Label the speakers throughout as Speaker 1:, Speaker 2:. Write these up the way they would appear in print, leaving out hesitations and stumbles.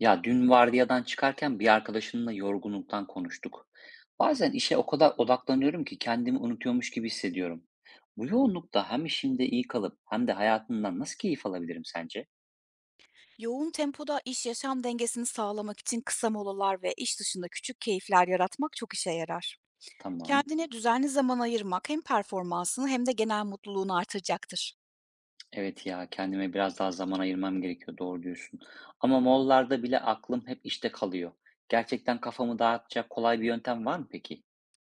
Speaker 1: Ya dün vardiyadan çıkarken bir arkadaşımla yorgunluktan konuştuk. Bazen işe o kadar odaklanıyorum ki kendimi unutuyormuş gibi hissediyorum. Bu yoğunlukta hem işimde iyi kalıp hem de hayatımdan nasıl keyif alabilirim sence?
Speaker 2: Yoğun tempoda iş yaşam dengesini sağlamak için kısa molalar ve iş dışında küçük keyifler yaratmak çok işe yarar.
Speaker 1: Tamam.
Speaker 2: Kendine düzenli zaman ayırmak hem performansını hem de genel mutluluğunu artıracaktır.
Speaker 1: Evet ya, kendime biraz daha zaman ayırmam gerekiyor. Doğru diyorsun. Ama mollarda bile aklım hep işte kalıyor. Gerçekten kafamı dağıtacak kolay bir yöntem var mı peki?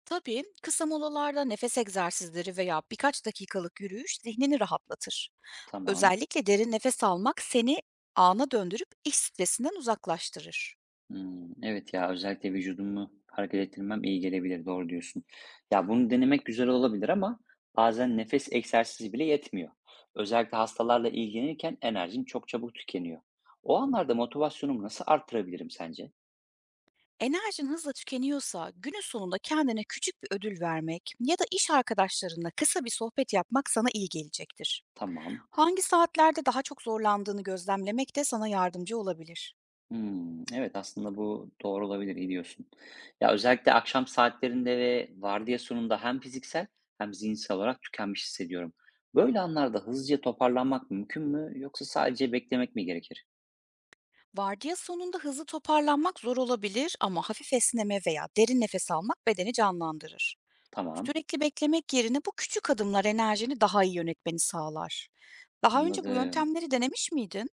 Speaker 2: Tabii kısa molalarda nefes egzersizleri veya birkaç dakikalık yürüyüş zihnini rahatlatır.
Speaker 1: Tamam.
Speaker 2: Özellikle derin nefes almak seni ana döndürüp iş stresinden uzaklaştırır.
Speaker 1: Hımm. Evet ya, özellikle vücudumu hareket ettirmem iyi gelebilir, doğru diyorsun. Ya, bunu denemek güzel olabilir ama bazen nefes egzersizi bile yetmiyor. Özellikle hastalarla ilgilenirken enerjim çok çabuk tükeniyor. O anlarda motivasyonumu nasıl arttırabilirim sence?
Speaker 2: Enerjin hızla tükeniyorsa günün sonunda kendine küçük bir ödül vermek ya da iş arkadaşlarınla kısa bir sohbet yapmak sana iyi gelecektir.
Speaker 1: Tamam.
Speaker 2: Hangi saatlerde daha çok zorlandığını gözlemlemek de sana yardımcı olabilir.
Speaker 1: Hımm. Evet, aslında bu doğru olabilir, iyi diyorsun. Ya, özellikle akşam saatlerinde ve vardiya sonunda hem fiziksel hem zihinsel olarak tükenmiş hissediyorum. Böyle anlarda hızlıca toparlanmak mümkün mü yoksa sadece beklemek mi gerekir?
Speaker 2: Vardiya sonunda hızlı toparlanmak zor olabilir ama hafif esneme veya derin nefes almak bedeni canlandırır.
Speaker 1: Tamam,
Speaker 2: Sürekli beklemek yerine bu küçük adımlar enerjini daha iyi yönetmeni sağlar. Daha önce bu
Speaker 1: anladım.
Speaker 2: yöntemleri denemiş miydin?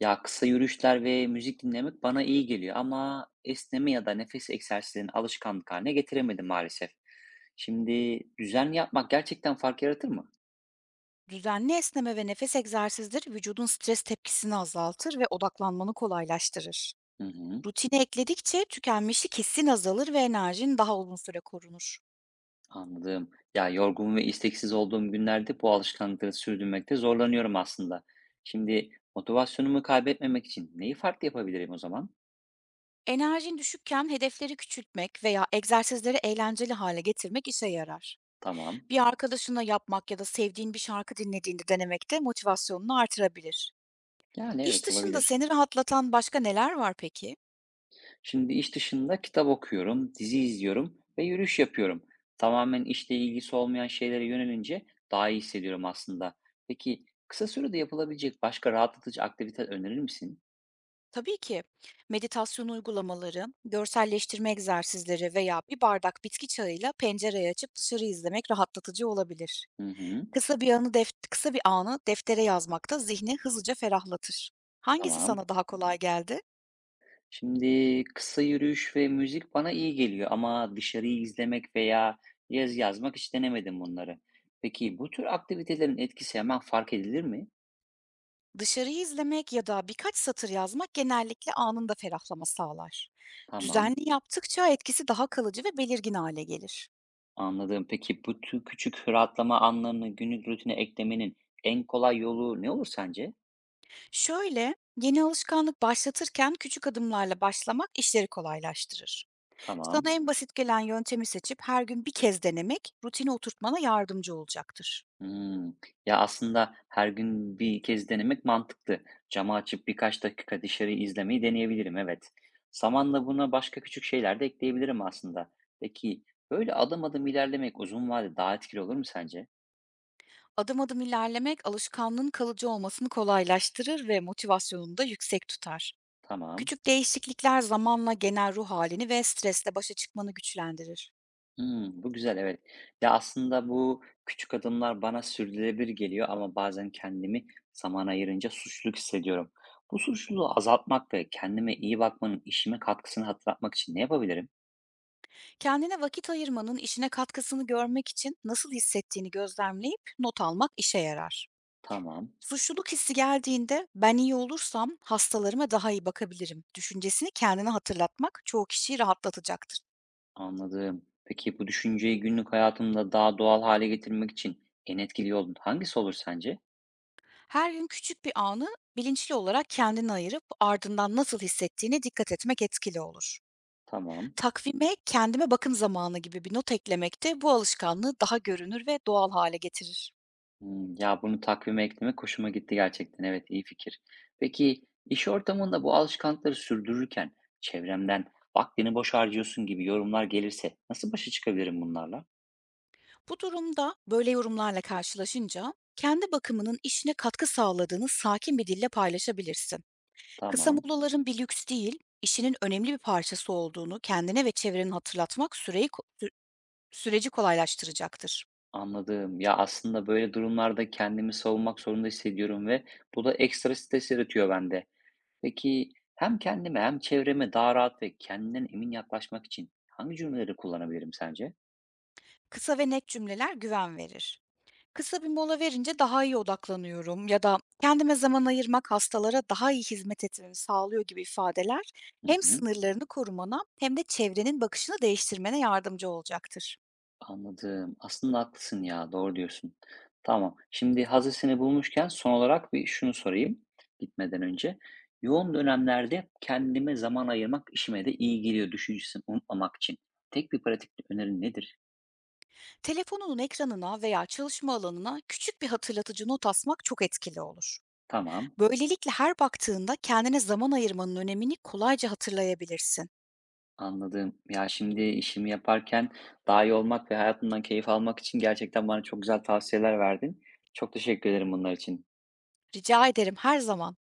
Speaker 1: Ya, kısa yürüyüşler ve müzik dinlemek bana iyi geliyor ama esneme ya da nefes egzersizlerini alışkanlık haline getiremedim maalesef. Şimdi düzenli yapmak gerçekten fark yaratır mı?
Speaker 2: Düzenli esneme ve nefes egzersizleri vücudun stres tepkisini azaltır ve odaklanmanı kolaylaştırır.
Speaker 1: Hı hı,
Speaker 2: Rutine ekledikçe tükenmişlik hissin azalır ve enerjin daha uzun süre korunur.
Speaker 1: anladım. Ya, yorgun ve isteksiz olduğum günlerde bu alışkanlıkları sürdürmekte zorlanıyorum aslında. Şimdi motivasyonumu kaybetmemek için neyi farklı yapabilirim o zaman?
Speaker 2: Enerjin düşükken hedefleri küçültmek veya egzersizleri eğlenceli hale getirmek işe yarar.
Speaker 1: Tamam.
Speaker 2: Bir arkadaşınla yapmak ya da sevdiğin bir şarkı dinlediğinde denemek de motivasyonunu artırabilir.
Speaker 1: Yani
Speaker 2: İş
Speaker 1: evet,
Speaker 2: dışında
Speaker 1: olabilir.
Speaker 2: seni rahatlatan başka neler var peki?
Speaker 1: Şimdi iş dışında kitap okuyorum, dizi izliyorum ve yürüyüş yapıyorum. Tamamen işle ilgisi olmayan şeylere yönelince daha iyi hissediyorum aslında. Peki kısa sürede yapılabilecek başka rahatlatıcı aktivite önerir misin?
Speaker 2: Tabii ki meditasyon uygulamaları, görselleştirme egzersizleri veya bir bardak bitki çayıyla pencereyi açıp dışarı izlemek rahatlatıcı olabilir.
Speaker 1: Hı hı,
Speaker 2: Kısa bir anı deftere yazmak da zihni hızlıca ferahlatır. Hangisi
Speaker 1: tamam.
Speaker 2: sana daha kolay geldi?
Speaker 1: Şimdi kısa yürüyüş ve müzik bana iyi geliyor ama dışarıyı izlemek veya yaz yazmak hiç denemedim bunları. Peki bu tür aktivitelerin etkisi hemen fark edilir mi?
Speaker 2: Dışarıyı izlemek ya da birkaç satır yazmak genellikle anında ferahlama sağlar.
Speaker 1: Tamam.
Speaker 2: Düzenli yaptıkça etkisi daha kalıcı ve belirgin hale gelir.
Speaker 1: Anladım. Peki bu tür küçük rahatlama anlarını günlük rutine eklemenin en kolay yolu ne olur sence?
Speaker 2: Şöyle, yeni alışkanlık başlatırken küçük adımlarla başlamak işleri kolaylaştırır.
Speaker 1: Tamam.
Speaker 2: Sana en basit gelen yöntemi seçip her gün bir kez denemek rutine oturtmana yardımcı olacaktır.
Speaker 1: Hmm. Ya aslında her gün bir kez denemek mantıklı. Camı açıp birkaç dakika dışarı izlemeyi deneyebilirim, evet. Zamanla buna başka küçük şeyler de ekleyebilirim aslında. Peki böyle adım adım ilerlemek uzun vadede daha etkili olur mu sence?
Speaker 2: Adım adım ilerlemek alışkanlığın kalıcı olmasını kolaylaştırır ve motivasyonunu da yüksek tutar.
Speaker 1: Tamam.
Speaker 2: Küçük değişiklikler zamanla genel ruh halini ve stresle başa çıkmanı güçlendirir.
Speaker 1: Hmm, bu güzel, evet. Ya, aslında bu küçük adımlar bana sürdürülebilir geliyor ama bazen kendimi zaman ayırınca suçluluk hissediyorum. Bu suçluluğu azaltmak ve kendime iyi bakmanın işime katkısını hatırlatmak için ne yapabilirim?
Speaker 2: Kendine vakit ayırmanın işine katkısını görmek için nasıl hissettiğini gözlemleyip not almak işe yarar.
Speaker 1: Tamam,
Speaker 2: Suçluluk hissi geldiğinde "Ben iyi olursam hastalarıma daha iyi bakabilirim." düşüncesini kendine hatırlatmak çoğu kişiyi rahatlatacaktır.
Speaker 1: anladım. Peki bu düşünceyi günlük hayatımda daha doğal hale getirmek için en etkili yol hangisi olur sence?
Speaker 2: Her gün küçük bir anı bilinçli olarak kendine ayırıp ardından nasıl hissettiğine dikkat etmek etkili olur.
Speaker 1: Tamam.
Speaker 2: Takvime "kendime bakım zamanı" gibi bir not eklemek de bu alışkanlığı daha görünür ve doğal hale getirir.
Speaker 1: Hımm. Ya, bunu takvime eklemek hoşuma gitti gerçekten. Evet, iyi fikir. Peki, iş ortamında bu alışkanlıkları sürdürürken çevremden "Vaktini boş harcıyorsun." gibi yorumlar gelirse nasıl başa çıkabilirim bunlarla?
Speaker 2: Bu durumda böyle yorumlarla karşılaşınca kendi bakımının işine katkı sağladığını sakin bir dille paylaşabilirsin. Kısa
Speaker 1: Tamam,
Speaker 2: molaların bir lüks değil, işinin önemli bir parçası olduğunu kendine ve çevreni hatırlatmak süreyi, süreci kolaylaştıracaktır.
Speaker 1: anladım. Ya, aslında böyle durumlarda kendimi savunmak zorunda hissediyorum ve bu da ekstra stres yaratıyor bende. Peki, hem kendime hem çevreme daha rahat ve kendinden emin yaklaşmak için hangi cümleleri kullanabilirim sence?
Speaker 2: Kısa ve net cümleler güven verir. "Kısa bir mola verince daha iyi odaklanıyorum." ya da "Kendime zaman ayırmak hastalara daha iyi hizmet etmemi sağlıyor." gibi ifadeler
Speaker 1: Hı
Speaker 2: hem
Speaker 1: hı.
Speaker 2: sınırlarını korumana hem de çevrenin bakışını değiştirmene yardımcı olacaktır.
Speaker 1: Anladım. Aslında haklısın ya, doğru diyorsun. Tamam. Şimdi hazır seni bulmuşken son olarak bir şunu sorayım gitmeden önce. Yoğun dönemlerde kendime zaman ayırmak işime de iyi geliyor düşüncesini unutmamak için. Tek bir pratik önerin nedir?
Speaker 2: Telefonunun ekranına veya çalışma alanına küçük bir hatırlatıcı not asmak çok etkili olur.
Speaker 1: Tamam,
Speaker 2: Böylelikle her baktığında kendine zaman ayırmanın önemini kolayca hatırlayabilirsin.
Speaker 1: anladım. Ya şimdi işimi yaparken daha iyi olmak ve hayatımdan keyif almak için gerçekten bana çok güzel tavsiyeler verdin. Çok teşekkür ederim bunlar için.
Speaker 2: Rica ederim, her zaman.